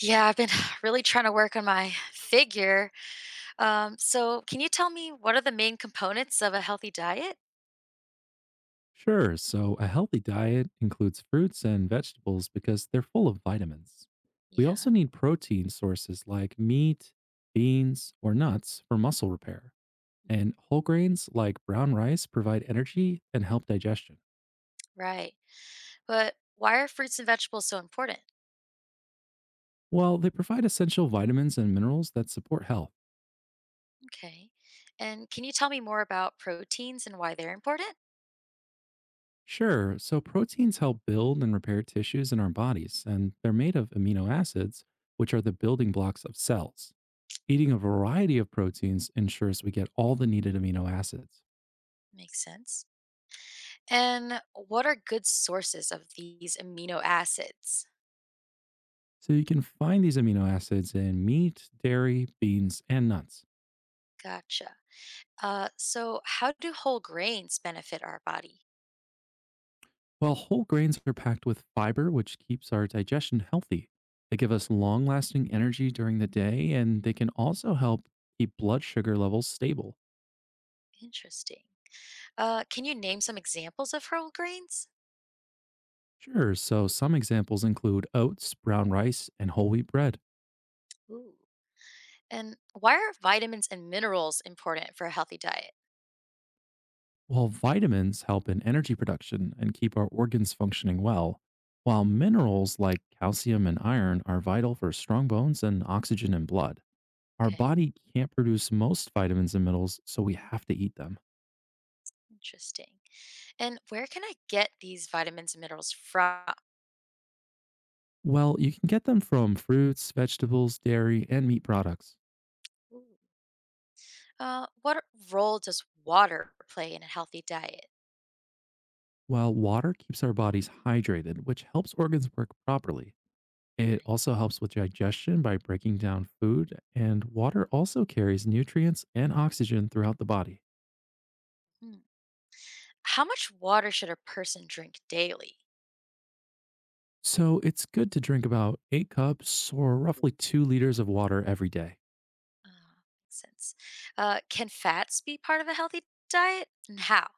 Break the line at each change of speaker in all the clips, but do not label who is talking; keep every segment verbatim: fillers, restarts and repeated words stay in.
Yeah, I've been really trying to work on my figure. Um, so, can you tell me what are the main components of a healthy diet?
Sure. So, a healthy diet includes fruits and vegetables because they're full of vitamins. We also
Yeah.
need protein sources like meat, beans, or nuts for muscle repair.
Mhm.
And whole grains like brown rice provide energy and help digestion.
Right. But why are fruits and vegetables so important?
While they provide essential vitamins and minerals that support health.
Okay. And can you tell me more about proteins and why they're important?
Sure, so proteins help build and repair tissues in our bodies, and they're made of amino acids, which are the building blocks of cells. Eating a
Oh,
variety of proteins ensures we get all the needed amino acids.
makes sense. And what are good sources of these amino acids?
So you can find these amino acids in meat, dairy, beans, and nuts.
Gotcha. Uh, so, how do whole grains benefit our body?
While whole grains are packed with fiber, which keeps our digestion healthy, they give us long lasting energy during the day, and they can also help keep blood sugar levels stable.
Interesting. Uh, can you name some examples of whole grains?
Sure, so some examples include oats, brown rice, and whole wheat bread.
Ooh. And why are vitamins and minerals important for a healthy diet?
While vitamins help in energy production and keep our organs functioning well, while minerals like calcium and iron are vital for strong bones and oxygen in blood, our
Okay,
body can't produce most vitamins and minerals, so we have to eat them.
interesting. And where can I get these vitamins and minerals from?
Well, you can get them from fruits, vegetables, dairy, and meat products.
Ooh. Uh, what role does water play in a healthy diet?
While water keeps our bodies hydrated, which helps organs work properly. It
Right.
also helps with digestion by breaking down food, and water also carries nutrients and oxygen throughout the body.
Hmm. How much water should a person drink daily?
So it's good to drink about eight cups or roughly two liters of water every day.
Oh, makes sense. Uh, can fats be part of a healthy diet, and how?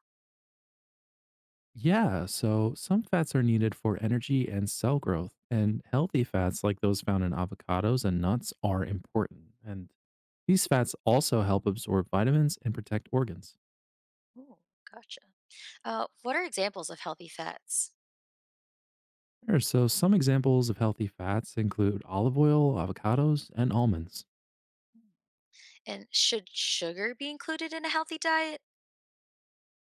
Yeah, so some fats are needed for energy and cell growth, and healthy fats like those found in avocados and nuts are important. And these
Mhm.
fats also help absorb vitamins and protect organs.
Ooh, gotcha. Uh, what are examples of healthy fats?
Sure, so some examples of healthy fats include olive oil, avocados, and almonds.
Mm. And should sugar be included in a healthy diet?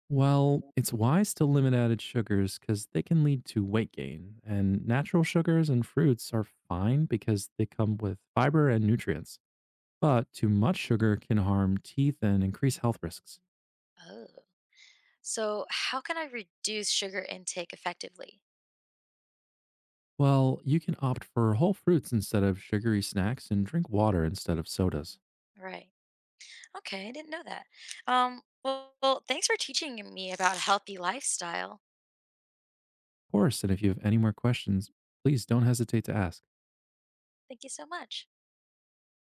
Well, it's wise to limit added sugars because they can lead to weight gain. And natural sugars and fruits are fine because they come with fiber and nutrients. But too much sugar can harm teeth and increase health risks.
Oh. So, how can I reduce sugar intake effectively?
Well, you can opt for whole fruits instead of sugary snacks and drink water instead of sodas.
Right. Okay, I didn't know that. Um, well, well, thanks for teaching me about a healthy lifestyle.
Of course, and if you have any more questions, please don't hesitate to ask.
Thank you so much.